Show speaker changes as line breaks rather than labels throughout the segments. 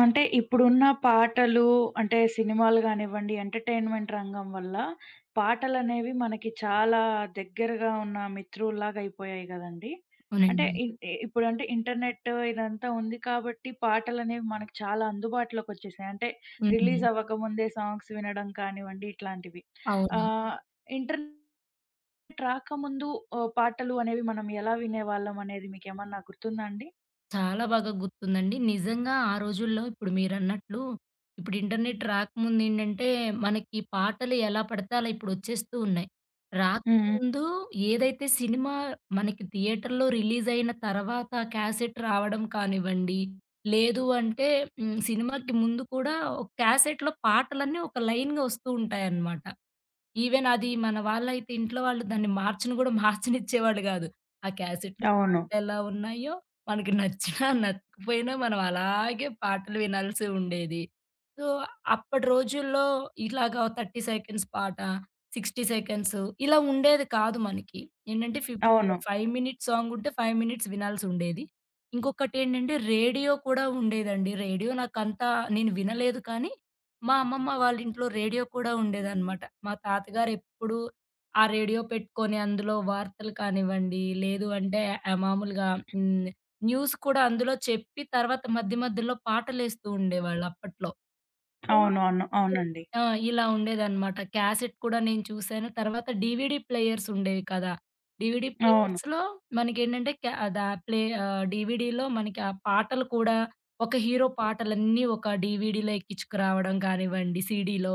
అంటే ఇప్పుడున్న పాటలు అంటే సినిమాలు గానివ్వండి, ఎంటర్‌టైన్‌మెంట్ రంగం వల్ల పాటలనేవి మనకి చాలా దగ్గరగా ఉన్న మిత్రుల్లాగా అయిపోయాయి గదండీ! అంటే
అవునండి.
ఇప్పుడంటే ఇంటర్నెట్ ఇదంతా ఉంది కాబట్టి పాటలనేవి మనకు చాలా అందుబాటులోకొచ్చేసాయి. అంటే
హ్మ్.
రిలీజ్ అవ్వకముందే సాంగ్స్ వినడం కానివ్వండి ఇట్లాంటివి.
అవును.
ఆహ్, ఇంటర్నెట్ రాకముందు పాటలు అనేవి మనం ఎలా వినేవాళ్ళం అనేది మీకేమన్నా గుర్తుందా అండి?
చాలా బాగా గుర్తుందండి. నిజంగా ఆ రోజుల్లో ఇప్పుడు మీరన్నట్లు ఇప్పుడు ఇంటర్నెట్ రాకముందేంటంటే, మనకి పాటలు ఎలా పడితే అలా ఇప్పుడొచ్చేస్తూ ఉన్నాయి.
హ్మ్. హ్మ్.
రాకముందు ఏదైతే సినిమా మనకి థియేటర్‌లో రిలీజయిన తర్వాత క్యాసెట్ రావడం కానివ్వండి, లేదు అంటే సినిమాకి ముందు కూడా ఒక క్యాసెట్‌లో పాటలన్నీ ఒక లైన్‌గా వస్తూ ఉంటాయన్నమాట. ఈవెన్ అది మన వాళ్ళైతే ఇంట్లో వాళ్ళు దాన్ని మార్చను గూడా మార్చనిచ్చేవాళ్ళు గాదు. ఆ క్యాసెట్‌లు,
అవును.
పాటలెలా ఉన్నాయో మనకి నచ్చినా, నచ్చకపోయినా మనం అలాగే పాటలు వినాల్సి ఉండేది. సో, అప్పటి రోజుల్లో ఇలాగా 30 సెకండ్స్ పాట, 60 సెకండ్స్ ఇలా ఉండేది కాదు మనకి. ఏంటంటే
అవును.
5 మినిట్స్ సాంగ్ ఉంటే 5 మినిట్స్ వినాల్సుండేది. ఇంకొకటేంటంటే రేడియో కూడా ఉండేదండి. రేడియో నాకంతా నేను వినలేదు కానీ, మా అమ్మమ్మ వాళ్ళ ఇంట్లో రేడియో కూడా ఉండేదనమాట. మా తాతగారెప్పుడు ఆ రేడియో పెట్టుకొని అందులో వార్తలు కానివ్వండి, లేదు అంటే మామూలుగా హ్మ్. న్యూస్ కూడా అందులో చెప్పి తర్వాత మధ్య మధ్యలో పాటలేస్తూ ఉండేవాళ్ళు అప్పట్లో.
అవును. అవును.
ఇల్
అవునండి.
ఆ! ఇలా ఉండేదనమాట. క్యాసెట్ కూడా నేను చూసాను. తర్వాత డీవీడీ ప్లేయర్స్ ఉండేవి కదా! డీవీడీ
అవును.
ప్లేయర్స్‌లో మనకేంటంటే క్యా దా ప్లే ఆహ్, డీవీడీలో మనకి ఆ పాటలు కూడా ఒక హీరో పాటలన్నీ ఒక డీవీడీలో ఎక్కించుకురావడం కానివ్వండి, సీడీలో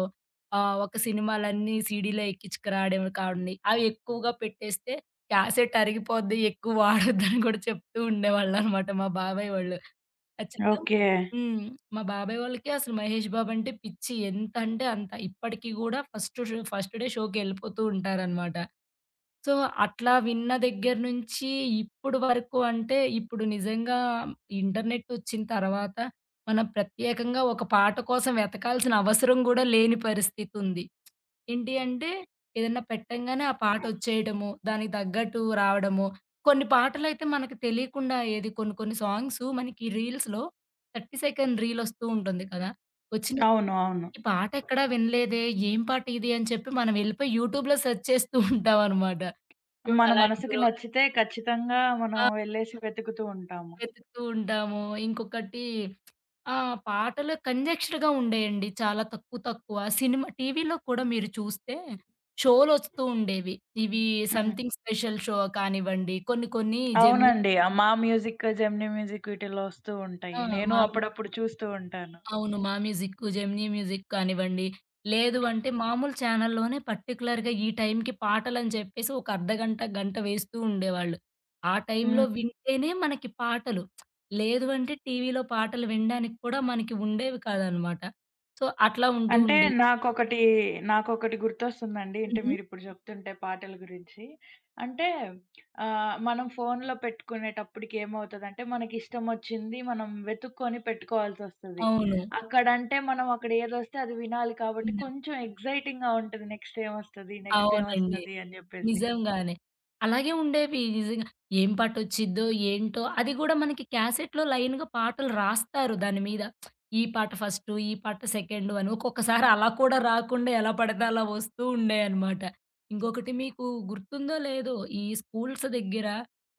ఒక సినిమాలన్నీ సీడీలో ఎక్కించుకురావడం కావండి. అవి ఎక్కువగా పెట్టేస్తే క్యాసెట్ అరిగిపోద్ది ఎక్కువ వాడొద్దని కూడా చెప్తూ ఉండేవాళ్ళనమాట మా బాబాయ్ వాళ్ళు. ఖచ్చితం
ఓకే.
హ్మ్. మా బాబాయ్ వాళ్ళకి అసలు 'మహేష్ బాబు' అంటే పిచ్చి. ఎంతంటే అంత. ఇప్పటికి గూడా ఫస్ట్ షో ఫస్ట్ డే షో‌కెళ్ళిపోతూ ఉంటారనమాట. సో, అట్లా విన్న దగ్గర నుంచి ఇప్పుడు వరకు అంటే, ఇప్పుడు నిజంగా ఇంటర్నెట్టొచ్చిన తర్వాత, మనం ప్రత్యేకంగా ఒక పాట కోసం వెతకాల్సిన అవసరం గూడా లేని పరిస్థితుంది. ఏంటి అంటే, ఏదన్నా పెట్టంగానే ఆ పాటొచ్చేయడము, దానికి తగ్గట్టు రావడము. కొన్ని పాటలైతే మనకు తెలియకుండా కొన్ని కొన్ని సాంగ్సు మనకి రీల్స్‌లో 30 సెకండ్ రీలొస్తూ ఉంటుంది కదా!
అవును.
వచ్చినప్పుడు
అవును.
ఈ పాటెక్కడా వినలేదే, ఏం పాటిది అని చెప్పి మనం వెళ్ళిపోయి యూట్యూబ్‌లో సెర్చ్ చేస్తూ ఉంటామనమాట. సో,
మన
అలాంటి
మనసుకి
రో
నచ్చితే ఖచ్చితంగా మనం
ఆ!
వెళ్ళేసి వెతుకుతూ ఉంటాము.
వెతుకుతూ ఉంటాము. ఇంకొకటి ఆ! పాటలు కంజెస్టెడ్‌గా ఉండేయండి. చాలా తక్కువ తక్కువ. సినిమా టీవీలో కూడా మీరు చూస్తే షోలొస్తూ ఉండేవి. ఇవి
హ్మ్.
సంథింగ్ స్పెషల్ షో కానివ్వండి, కొన్ని కొన్ని జెమినీ
అవునండి. మా మ్యూజిక్, జెమినీ మ్యూజిక్ వీటిల్లో వస్తూ
ఆ!
ఉంటాయి. నేను
మా
అప్పుడప్పుడు చూస్తూ ఉంటాను.
అవును. 'మా మ్యూజిక్కు', 'జెమినీ మ్యూజిక్' కానివ్వండి, లేదు అంటే మామూలు ఛానల్‌లోనే పర్టిక్యులర్‌గా ఈ టైంకి పాటలని చెప్పేసి ఒక అర్ధగంట, గంట గంట వేస్తూ ఉండేవాళ్ళు. ఆ టైంలో
హ్మ్.
వింటేనే మనకి పాటలు. లేదు అంటే టీవీలో పాటలు వినడానికి కూడా మనకి ఉండేవి కాదనమాట. సో, అట్లా ఉంటూ
అంటే
ఉండేది.
నాకొకటి, నాకొకటి గుర్తొస్తుందండి. అంటే
హుహు.
మీరిప్పుడు జెప్తుంటే పాటల గురించి. అంటే మనం ఫోన్‌లో పెట్టుకునేటప్పటికి ఏమవుతదంటే, మనకిష్టమొచ్చింది మనం వెతుక్కొని పెట్టుకోవాల్సొస్తది.
అవును.
అక్కడంటే మనం అక్కడ ఏదొస్తే అది వినాలి కాబట్టి
విన్నా.
కొంచెం ఎక్సైటింగ్‌గా ఉంటది. నెక్స్ట్ ఏమొస్తది? నెక్స్ట్
అవునండి.
ఏమొస్తది? అని జెప్పేసి.
నిజంగానే. అలాగే ఉండేవి నిజంగా. ఏం పాటొచ్చిద్దో ఏంటో? అది గూడా మనకి క్యాసెట్‌లో లైన్‌గా పాటలు రాస్తారు దాని మీద. ఈ పాట ఫస్టు, ఈ పాట సెకండు అని. ఒక్కొక్కసారి అలా కూడా రాకుండా ఎలా పడితే అలా వస్తూ ఉండేయనమాట. ఇంకొకటి మీకు గుర్తుందో లేదో ఈ స్కూల్స్ దగ్గర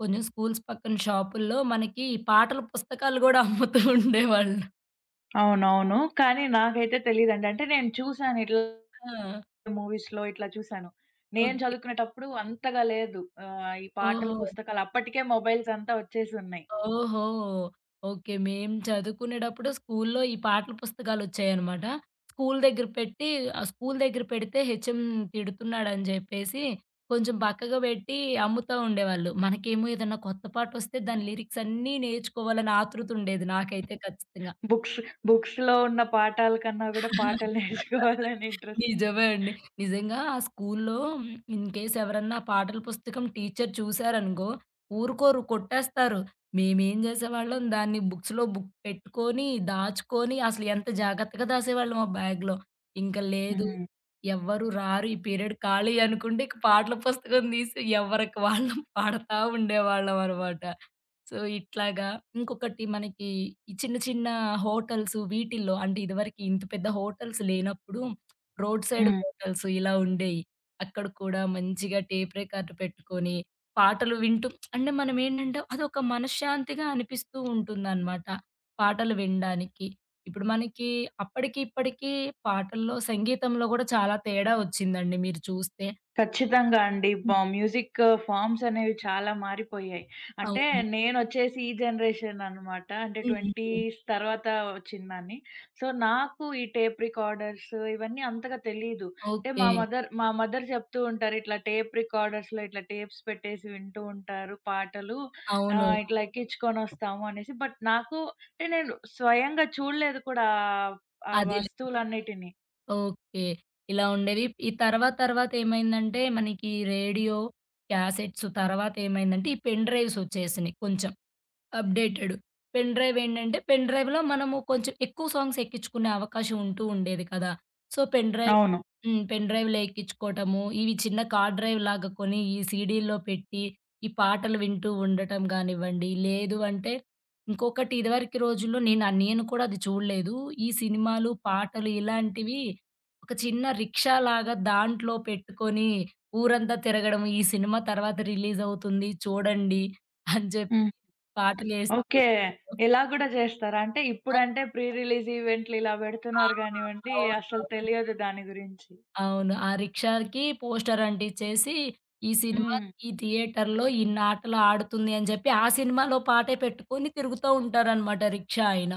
కొంచెం స్కూల్స్ పక్కన షాపుల్లో మనకి ఈ పాటల పుస్తకాలు గూడా అమ్ముతూ ఉండేవాళ్ళు.
అవునవును. కానీ నాకైతే తెలీదండి. అంటే నేను చూసాను ఇట్లా
ఆ!
మూవీస్‌లో ఇట్లా చూసాను. నేను
ఓకే.
చదువుకునేటప్పుడు అంతగా లేదు. ఈ పాటల
ఓహో!
పుస్తకాలు అప్పటికే మొబైల్స్ అంతా వచ్చేసున్నాయి.
ఓహో! ఓకే. మేము చదువుకునేటప్పుడు స్కూల్లో ఈ పాటల పుస్తకాలొచ్చాయనమాట. స్కూల్ దగ్గర పెట్టి ఆ స్కూల్ దగ్గర పెడితే హెచ్ఎం తిడుతున్నాడని జెప్పేసి, కొంచెం పక్కకు బెట్టి అమ్ముతా ఉండేవాళ్ళు. మనకేమో ఏదన్నా కొత్త పాటొస్తే దాని లిరిక్స్ అన్నీ నేర్చుకోవాలని ఆతృతుండేది నాకైతే ఖచ్చితంగా.
బుక్స్ బుక్స్‌లో ఉన్న పాఠాల కన్నా గూడా పాటలు నేర్చుకోవాలని ఇంట్రెస్ట్.
నిజమే అండి. నిజంగా ఆ స్కూల్లో ఇన్‌కేస్ ఎవరన్నా ఆ పాటల పుస్తకం టీచర్ చూసారనుకో, ఊరుకోరు కొట్టేస్తారు. మేమేం జేసేవాళ్ళం దాన్ని బుక్స్‌లో బుక్ పెట్టుకొని, దాచుకొని అసలు ఎంత జాగ్రత్తగా దాసేవాళ్ళమో బ్యాగ్‌లో. ఇంక లేదు
హ్మ్.
ఎవ్వరు రారు ఈ పీరియడ్ ఖాళీ అనుకుంటే ఇక పాటల పుస్తకం తీసి ఎవరికి వాళ్ళం పాడతా ఉండేవాళ్ళమనమాట. సో, ఇట్లాగా ఇంకొకటి మనకి ఈ చిన్న చిన్న హోటల్స్ వీటిల్లో అంటే ఇదివరకి ఇంత పెద్ద హోటల్స్ లేనప్పుడు రోడ్ సైడ్
హ్మ్.
హోటల్స్ ఇలా ఉండేయి. అక్కడ కూడా మంచిగా టేప్ రికార్డ్ పెట్టుకొని పాటలు వింటూ అంటే మనం ఏంటంటే అదొక మనశ్శాంతిగా అనిపిస్తూ ఉంటుందనమాట పాటలు వినడానికి. ఇప్పుడు మనకి అప్పటికి, ఇప్పటికి పాటల్లో సంగీతంలో కూడా చాలా తేడా వచ్చిందండి మీరు చూస్తే.
ఖచ్చితంగా అండి.
హ్మ్.
మ్యూజిక్ ఫార్మ్స్ అనేవి చాలా మారిపోయాయి. అంటే
అవును.
నేనొచ్చేసి ఈ జనరేషన్ అనమాట. అంటే
హ్మ్. హ్మ్.
20స్ తర్వాత వచ్చిందాన్ని. సో, నాకు ఈ టేప్ రికార్డర్స్ ఇవన్నీ అంతగా తెలీదు. అంటే మా
ఓకే.
మదర్ మా మదర్ చెప్తూ ఉంటారు. ఇట్లా టేప్ రికార్డర్స్‌లో ఇట్లా టేప్స్ పెట్టేసి వింటూ ఉంటారు పాటలు.
అవును.
ఇట్లా ఎక్కించుకొనొస్తాము అనేసి. బట్ నాకు అంటే నేను స్వయంగా చూడలేదు కూడా ఆ
అదేలే.
వస్తువులన్నిటిని.
ఓకే. ఇలా ఉండేవి. ఈ తర్వాత తర్వాత ఏమైందంటే మనకి రేడియో, క్యాసెట్స్ తర్వాతేమైందంటే ఈ పెన్ డ్రైవ్స్ వచ్చేసినియి కొంచెం. అప్‌డేటెడ్. పెన్ డ్రైవ్ ఏంటంటే, పెన్ డ్రైవ్‌లో మనము కొంచెం ఎక్కువ సాంగ్స్ ఎక్కించుకునే అవకాశం ఉంటూ ఉండేది కదా! సో, పెన్ డ్రైవ్
అవును.
హ్మ్. పెన్ డ్రైవ్‌లో ఎక్కించుకోవటము, ఇవి చిన్న కార్ డ్రైవ్ లాగా కొని, ఈ సీడీల్లో పెట్టి, ఈ పాటలు వింటూ ఉండటం గానివ్వండి, లేదు అంటే ఇంకొకటి ఇదివరకి రోజుల్లో నేను కూడా అది చూడలేదు. ఈ సినిమాలు, పాటలు ఇలాంటివి ఒక చిన్న రిక్షా లాగా దాంట్లో పెట్టుకొని ఊరంతా తిరగడం, ఈ సినిమా తర్వాత రిలీజ్ అవుతుంది చూడండి అని చెప్పి
హ్మ్.
పాటలేస్తూ
ఓకే.
ఉంటారు.
ఇలా గూడా జేస్తారా? అంటే ఇప్పుడంటే ప్రీ రిలీజ్ ఈవెంట్లు ఇలా
ఆ!
బెడుతున్నారు గానివ్వండి, అసలు
అవునవును.
తెలియదు దాని గురించి.
అవును. ఆ రిక్షాకి పోస్టర్ అంటించేసి, ఈ సినిమా
హ్మ్.
ఈ థియేటర్‌లో ఇన్నాటలు ఆడుతుంది అని జెప్పి, ఆ సినిమాలో పాటే పెట్టుకొని తిరుగుతా ఉంటారనమాట రిక్షా ఆయన.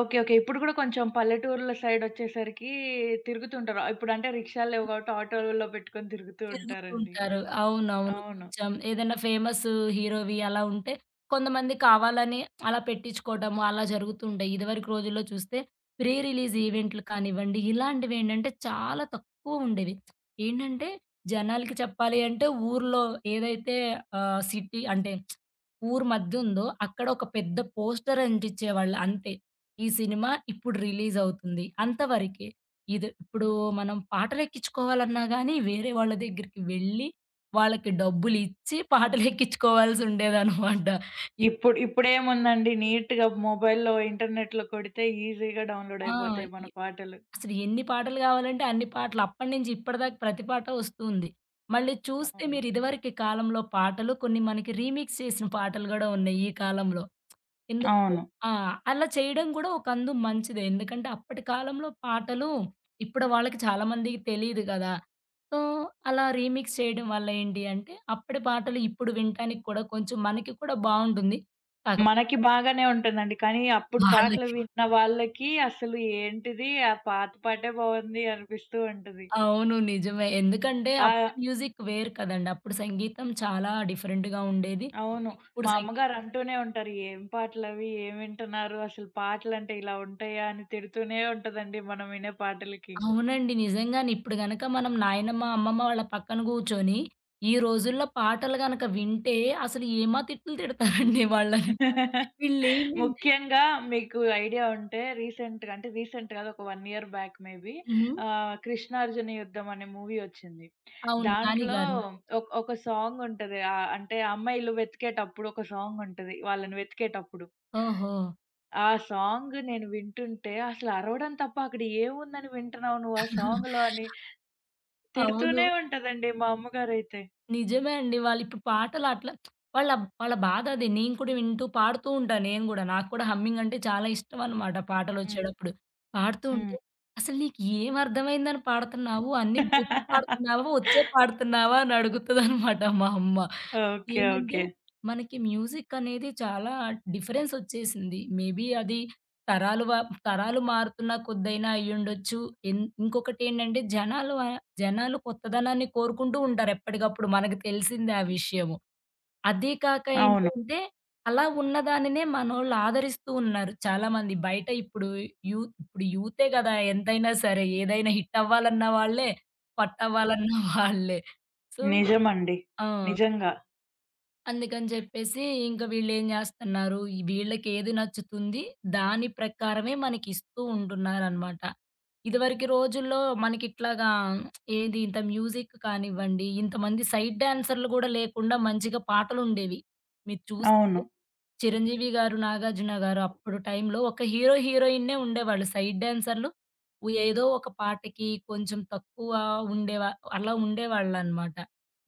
ఓకే. ఓకే. ఇప్పుడు గూడా కొంచెం పల్లెటూర్ల సైడొచ్చేసరికి తిరుగుతుంటారు. ఇప్పుడంటే రిక్షాలు లేవు గాబట్టి ఆటోలలో పెట్టుకొని తిరుగుతూ
తిరుగుతూ
ఉంటారండి.
ఉంటారు. అవునవును.
అవును.
కొంచెం ఏదైనా ఫేమస్ హీరోవి అలా ఉంటే, కొంతమంది కావాలని అలా పెట్టించుకోవడము అలా జరుగుతుంటాయి. ఇదివరకు రోజుల్లో చూస్తే ప్రీ రిలీజ్ ఈవెంట్లు కానివ్వండి, ఇలాంటివేంటంటే చాలా తక్కువుండేవి. ఏంటంటే జనాలకి చెప్పాలి అంటే ఊర్లో ఏదైతే సిటీ అంటే ఊరు మధ్యుందో అక్కడ ఒక పెద్ద పోస్టర్ అంటించేవాళ్ళు అంతే. ఈ సినిమా ఇప్పుడు రిలీజ్ అవుతుంది అంతవరకే. ఇది ఇప్పుడు మనం పాటలెక్కించుకోవాలన్నా గానీ, వేరే వాళ్ళ దగ్గరికి వెళ్ళి, వాళ్ళకి డబ్బులిచ్చి పాటలెక్కించుకోవాల్సుండేదనమాట. ఇప్
ఇప్పుడు ఇప్పుడేముందండి నీట్‌గా మొబైల్‌లో, ఇంటర్నెట్‌లో కొడితే ఈజీగా డౌన్‌లోడ్
ఆ!
అయిపోతాయి మన
ఇ
పాటలు.
అసలు ఎన్ని పాటలు గావాలంటే అన్ని పాటలు. అప్పటి నుంచి ఇప్పటిదాకా ప్రతి పాట వస్తుంది. మళ్ళీ చూస్తే
అవును.
మీరు ఇదివరకి కాలంలో పాటలు, కొన్ని మనకి రీమిక్స్ చేసిన పాటలు గూడా ఉన్నాయి ఈ కాలంలో. ఎందుకు
అవును.
ఆ! అలా చేయడం గూడా ఒకందు మంచిదే. ఎందుకంటే అప్పటి కాలంలో పాటలు ఇప్పుడు వాళ్ళకి చాలా మందికి తెలీదు గదా! సో, అలా రీమిక్స్ చేయడం వల్ల ఏంటి అంటే, అప్పటి పాటలు ఇప్పుడు వినటానికి కూడా కొంచెం మనకి కూడా బావుంటుంది. కాకపోతే
మనకి బాగానే ఉంటుందండి. కానీ అప్పుడు పాటలు
వాళ్ళకి
విన్న వాళ్ళకి అసలు ఏంటిది ఆ పాత పాటే బావుంది అనిపిస్తూ ఉంటది.
అవును. నిజమే. ఎందుకంటే, అప్పుడు
ఆ!
మ్యూజిక్ వేరు కదండీ. అప్పుడు సంగీతం చాలా డిఫరెంట్‌గా ఉండేది.
అవును.
ఇప్పుడు
మా
సంగీ
అమ్మగారు అంటూనే ఉంటారు. "ఏం పాటలవి? ఏం వింటున్నారు? అసలు పాటలంటే ఇలా ఉంటాయా?" అని తిడుతూనే ఉంటదండి మనం వినే పాటలకి.
అవునండి. నిజంగానే. ఇప్పుడు గనక మనం నాయనమ్మ, అమ్మమ్మ వాళ్ళ పక్కన గూర్చొని, ఈ రోజుల్లో పాటలు గనక వింటే అసలు ఏమా తిట్లు తిడతారండి వాళ్ళని. వీళ్ళేంటంటే
ముఖ్యంగా మీకు ఐడియా ఉంటే రీసెంట్‌గా అంటే రీసెంట్ కాదు ఒక 1 ఇయర్ బ్యాక్ మేబీ
హ్మ్.
'కృష్ణార్జున యుద్ధం' అనే మూవీ వచ్చింది.
అవును. నాని
దాంట్లో
గారు.
ఒక సాంగ్ ఉంటది. అంటే అమ్మాయిలు వెతికేటప్పుడు ఒక సాంగ్ ఉంటది. వాళ్ళని వెతికేటప్పుడు.
ఓహో!
ఆ సాంగ్ నేను వింటుంటే అసలు అరవడం తప్ప అక్కడ ఏముందని వింటున్నావు నువ్వు ఆ సాంగ్‌లో అని తిడుతూనే
అవును.
ఉంటదండి మా అమ్మగారైతే.
నిజమే అండి. వాళ్ళిప్పుడు పాటలు అట్లా వాళ్ళ వాళ్ళ బాధ అది. నేను కూడా వింటూ పాడుతూ ఉంటా నేను గూడా. నాకు కూడా హమ్మింగ్ అంటే చాలా ఇష్టం అనమాట
హ్మ్.
పాటలొచ్చేటప్పుడు. పాడుతూ
హ్మ్.
ఉంటే, "అసలు నీకు ఏం అర్థమైందని పాడుతున్నావు? అన్ని బూతులు పాడుతున్నావా? వచ్చే పాడుతున్నావా?" అని అడుగుతదనమాట మా అమ్మ.
ఓకే.
ఏంటంటే,
ఓకే.
మనకి మ్యూజిక్కనేది చాలా డిఫరెన్సొచ్చేసింది. మేబీ అది తరాలు వ తరాలు మారుతున్న కొద్దైనా అయ్యుండొచ్చు. ఇంకొకటేంటంటే, జనాలు కొత్తదనాన్ని కోరుకుంటూ ఉంటారు ఎప్పటికప్పుడు. మనకు తెలిసిందే ఆ విషయము. అదీ కాక
అవును.
ఏంటంటే, అలా ఉన్నదానినే మనోళ్ళు ఆదరిస్తూ ఉన్నారు చాలామంది. బయట ఇప్పుడు యూ ఇప్పుడు యూతే గదా! ఎంతైనా సరే ఏదైనా హిట్టవ్వాలన్న వాళ్ళే, పట్టవ్వాలన్న వాళ్ళే. సో
నిజమండి.
ఆ!
నిజంగా.
అందుకని జెప్పేసి ఇంక వీళ్ళేం జేస్తన్నారు, వీళ్ళకేది నచ్చుతుంది, దాని ప్రకారమే మనకిస్తూ ఉంటున్నారనమాట. ఇదివరకి రోజుల్లో మనకిట్లాగా ఇంత మ్యూజిక్ కానివ్వండి, ఇంతమంది సైడ్ డాన్సర్‌లు గూడా లేకుండా మంచిగా పాటలుండేవి. మీరు చూస్తే
అవును.
చిరంజీవి గారు, నాగార్జున గారు అప్పుడు టైంలో ఒక హీరో, హీరోయిన్నే ఉండేవాళ్ళు. సైడ్ డాన్సర్‌లు ఏదో ఒక పాటకి కొంచెం తక్కువ ఉండేవా అలా ఉండేవాళ్ళనమాట.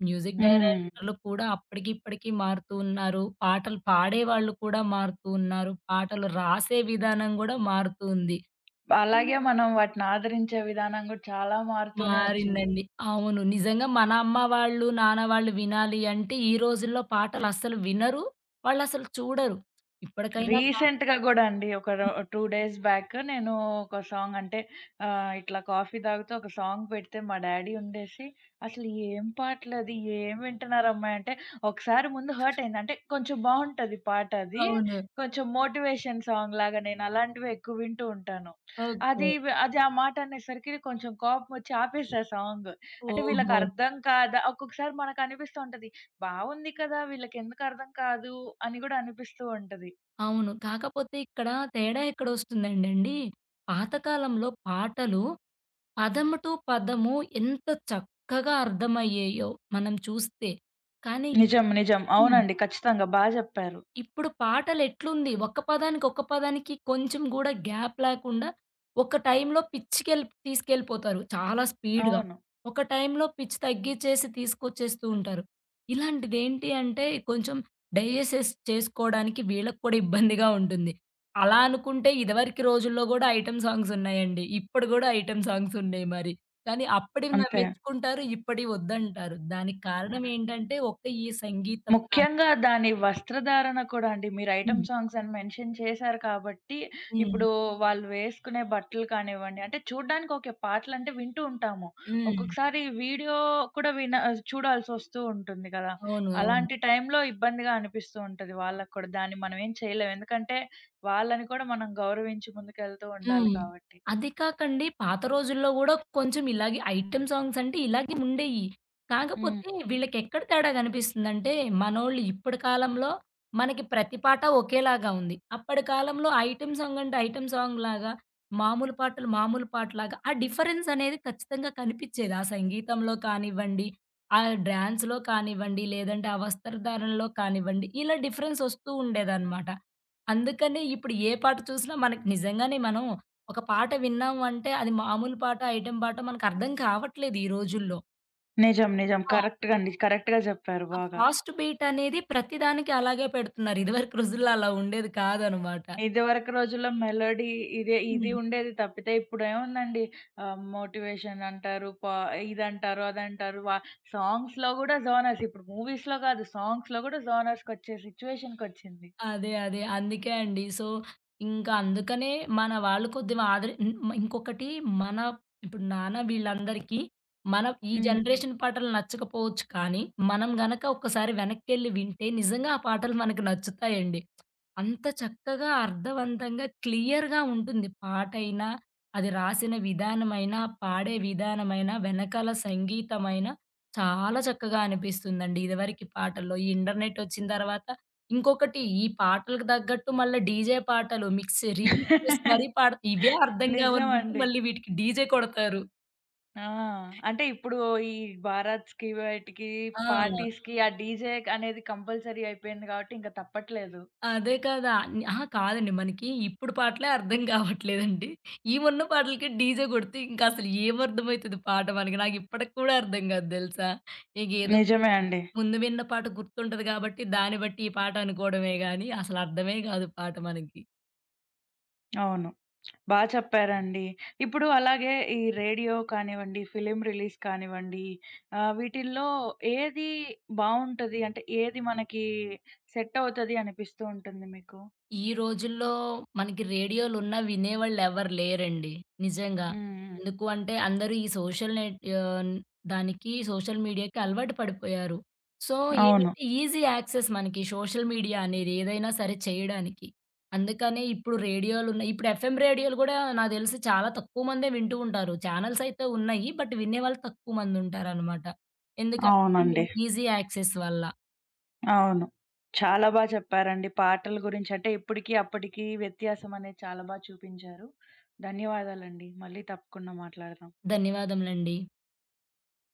మ్యూజిక్
హ్మ్.
డైరెక్టర్‌లు కూడా అప్పటికి, ఇప్పటికి మారుతూ ఉన్నారు. పాటలు పాడేవాళ్ళు కూడా మారుతూ ఉన్నారు. పాటలు రాసే విధానం కూడా మారుతూ ఉంది. హ్మ్.
అలాగే మనం వాటిని ఆదరించే విధానం గూడా చాలా మారుతూనే వచ్చింది.
మారిందండి. అవును. నిజంగా మన అమ్మ వాళ్ళు, నాన్న వాళ్ళు వినాలి అంటే ఈ రోజుల్లో పాటలు అస్సలు వినరు. వాళ్ళసలు చూడరు. ఇప్పటికైనా కా
రీసెంట్‌గా గూడా అండి. ఒక రో 2 డేస్ బ్యాక్ నేను ఒక సాంగ్ అంటే ఇట్లా కాఫీ తాగుతూ ఒక సాంగ్ పెడితే మా డ్యాడీ ఉండేసి, "అసలు ఏం పాటలది? ఏం వింటున్నారమ్మాయి" అంటే, ఒకసారి ముందు హర్ట్ అయింది. అంటే కొంచెం బావుంటది పాట అది.
అవును.
కొంచెం మోటివేషన్ సాంగ్ లాగా నేను అలాంటివే ఎక్కువ వింటూ ఉంటాను.
ఓకే.
అది ఆ మాట అనేసరికి కొంచెం కోపమొచ్చి ఆపేసా సాంగ్. అంటే వీళ్ళకి
ఓహో!
అర్థం కాదా ఒక్కొక్కసారి మనకనిపిస్తూ ఉంటది. బావుంది కదా! వీళ్ళకెందుకు అర్థం కాదు అని గూడా అనిపిస్తూ ఉంటది.
అవును. కాకపోతే ఇక్కడ తేడా ఎక్కడొస్తుందంటేండి, పాతకాలంలో పాటలు పదం టు పదము ఎంత చక్కగా అర్థమయ్యేయో మనం చూస్తే. కానీ
నిజం. నిజం.
ఇప్పుడు
అవునండి. ఖచ్చితంగా బా జెప్పారు.
ఇప్పుడు పాటలెట్లుంది, ఒక్క పదానికి, ఒక్క పదానికి కొంచెం గూడా గ్యాప్ లేకుండా ఒక టైంలో పిచ్‌కెళ్ తీసుకెళ్ళిపోతారు చాలా స్పీడ్‌గా.
అవును.
ఒక టైంలో పిచ్ తగ్గిచ్చేసి తీసుకొచ్చేస్తూ ఉంటారు. ఇలాంటిదేంటి అంటే కొంచెం డైజెసెస్ చేసుకోడానికి వీళ్ళకి కూడా ఇబ్బందిగా ఉంటుంది. అలా అనుకుంటే ఇదివరకి రోజుల్లో గూడా ఐటెమ్ సాంగ్స్ ఉన్నాయండి. ఇప్పుడు గూడా ఐటెమ్ సాంగ్స్ ఉన్నాయి మరి. కానీ అప్పటివి
అంతే.
మెచ్చుకుంటారు, ఇప్పటివి వద్దంటారు. దానికి కారణం ఏంటంటే ఒక ఈ సంగీతం కానీ
ముఖ్యంగా దాని వస్త్రధారణ కూడా అండి. మీరు ఐటెమ్
హ్మ్.
సాంగ్స్ అని మెన్షన్ చేశారు కాబట్టి,
హ్మ్.
ఇప్పుడు వాళ్ళు వేసుకునే బట్టలు కానివ్వండి, అంటే చూడ్డానికి ఓకే. పాటలంటే వింటూ ఉంటాము.
హ్మ్.
ఒక్కొక్కసారి వీడియో కూడా చూడాల్సొస్తూ ఉంటుంది కదా!
అవును. అవును.
అలాంటి టైంలో ఇబ్బందిగా అనిపిస్తూ ఉంటది వాళ్ళకి కూడా. దాన్ని మనం ఏం చేయలేం. ఎందుకంటే వాళ్ళని కూడా మనం గౌరవించి ముందుకెళ్తూ ఉండాలి
హ్మ్.
కాబట్టి.
అది కాకండి పాత రోజుల్లో గూడా కొంచెం ఇలాగే ఐటెమ్ సాంగ్స్ అంటే ఇలాగే ఉండేయి.
హ్మ్.
కాకపోతే వీళ్ళకెక్కడ తేడా గనిపిస్తుందంటే, మనోళ్ళు ఇప్పటి కాలంలో మనకి ప్రతి పాట ఒకేలాగా ఉంది. అప్పటి కాలంలో ఐటెమ్ సాంగ్ అంటే ఐటెమ్ సాంగ్‌లాగా, మామూలు పాటలు మామూలు పాటలాగా ఆ డిఫరెన్స్ అనేది ఖచ్చితంగా కనిపిచ్చేది. ఆ సంగీతంలో కానివ్వండి, ఆ డాన్స్‌లో కానివ్వండి, లేదంటే ఆ వస్త్రధారణలో కానివ్వండి, ఇలా డిఫరెన్స్ ఒస్తూ ఉండేదనమాట. అందుకనే ఇప్పుడు ఏ పాట చూసినా మనకి నిజంగానే మనం ఒక పాట విన్నాము అంటే, అది మామూలు పాట, ఐటెమ్ పాట మనకర్థం కావట్లేదు ఈ రోజుల్లో.
నిజం. నిజం.
ఆ!
కరెక్ట్‌గా అండి. కరెక్ట్‌గా చెప్పారు
ఆ
బాగా.
ఫాస్ట్ బీట్ అనేది ప్రతి దానికి అలాగే పెడుతున్నారు. ఇదివరకు రోజుల్లో అలా ఉండేది కాదనమాట.
ఇదివరకు రోజుల్లో మెలోడీ ఇదే ఇది
హ్మ్.
ఉండేది తప్పితే ఇప్పుడేముందండి మోటివేషన్ అంటారు, ఇదంటారు, అదంటారు. సాంగ్స్‌లో గూడా జోనర్స్ ఇప్పుడు మూవీస్‌లో గాదు సాంగ్స్‌లో గూడా జోనర్స్‌కొచ్చే సిచ్యువేషన్‌కొచ్చింది.
అదే. అదే. అందుకే అండి. సో, ఇంకా అందుకనే మన వాళ్ళు కొద్దిగా ఆదరి హ్మ్. ఇంకొకటి మన ఇప్పుడు నాన్న వీళ్ళందరికీ మన ఈ
హ్మ్. హ్మ్.
జనరేషన్ పాటలు నచ్చకపోవచ్చు కానీ, మనం గనక ఒక్కసారి వెనక్కెళ్ళి వింటే నిజంగా ఆ పాటలు మనకు నచ్చుతాయండి. అంత చక్కగా, అర్థవంతంగా, క్లియర్‌గా ఉంటుంది పాటైనా, అది రాసిన విధానమైనా, పాడే విధానమైనా, వెనకాల సంగీతమైనా చాలా చక్కగా అనిపిస్తుందండి. ఇదివరకి పాటల్లో ఈ ఇంటర్నెట్ వచ్చిన తర్వాత ఇంకొకటి ఈ పాటలకు తగ్గట్టు మళ్ళా డీజే పాటలు మిక్స్ రీమిక్స్ చేసి మరీ ఇవే అర్థం కావని వింటే
నిజమండి.
మళ్ళీ వీటికి డీజే కొడతారు.
ఆ! అంటే ఇప్పుడు ఈ బారాత్స్‌కి వాటికి
ఆ!
పార్టీస్‌కి ఆ డీజే అనేది కంపల్సరీ అయిపోయింది గాబట్టి ఇంక తప్పట్లేదు.
అదే కదా! న్ అహా! కాదండి. మనకి ఇప్పుడు పాటలే అర్థం కావట్లేదండి. ఈ ఉన్న పాటలకి డీజే కొడితే ఇంకసలు ఏమర్థమైతది పాట మనకి? నాకిప్పటికి కూడా అర్థం కాదు తెలుసా? ఇగేదో
నిజమే అండి.
ముందు విన్న పాట గుర్తుంటది కాబట్టి దాన్ని బట్టి ఈ పాట అనుకోవడమే గానీ అసలు అర్థమే కాదు పాట మనకి.
అవును. బా చెప్పారండి. ఇప్పుడు అలాగే ఈ రేడియో కానివ్వండి, ఫిల్మ్ రిలీజ్ కానివ్వండి, వీటిల్లో ఏది బావుంటది? అంటే ఏది మనకి సెట్ అవుతది అనిపిస్తూ ఉంటుంది మీకు?
ఈ రోజుల్లో మనకి రేడియోలున్నా వినేవాళ్ళెవరు లేరండి. నిజంగా.
హ్మ్. హ్మ్.
ఎందుకు అంటే అందరూ ఈ సోషల్ నెట్ ఆహ్, దానికి సోషల్ మీడియాకి అలవాటు పడిపోయారు. సో,
అవును.
ఏంటంటే ఈజీ యాక్సెస్ మనకి సోషల్ మీడియా అనేది ఏదైనా సరే చేయడానికి. అందుకనే ఇప్పుడు రేడియోలున్నాయి. ఇప్పుడు ఎఫ్ఎం రేడియోలు గూడా నాకు తెలిసి చాలా తక్కువ మందే వింటూ ఉంటారు. ఛానెల్స్ అయితే ఉన్నాయి. బట్ వినేవాళ్ళు తక్కువ మందుంటారనమాట. ఎందుకంటే ఈ
అవునండి.
ఈజీ యాక్సెస్ వల్ల.
అవును. చాలా బా చెప్పారండి. పాటల గురించి అంటే ఇప్పటికి, అప్పటికి వ్యత్యాసం అనేది చాలా బా చూపించారు. ధన్యవాదాలండి. మళ్ళీ తప్పకుండా మాట్లాడదాం.
ధన్యవాదములండి.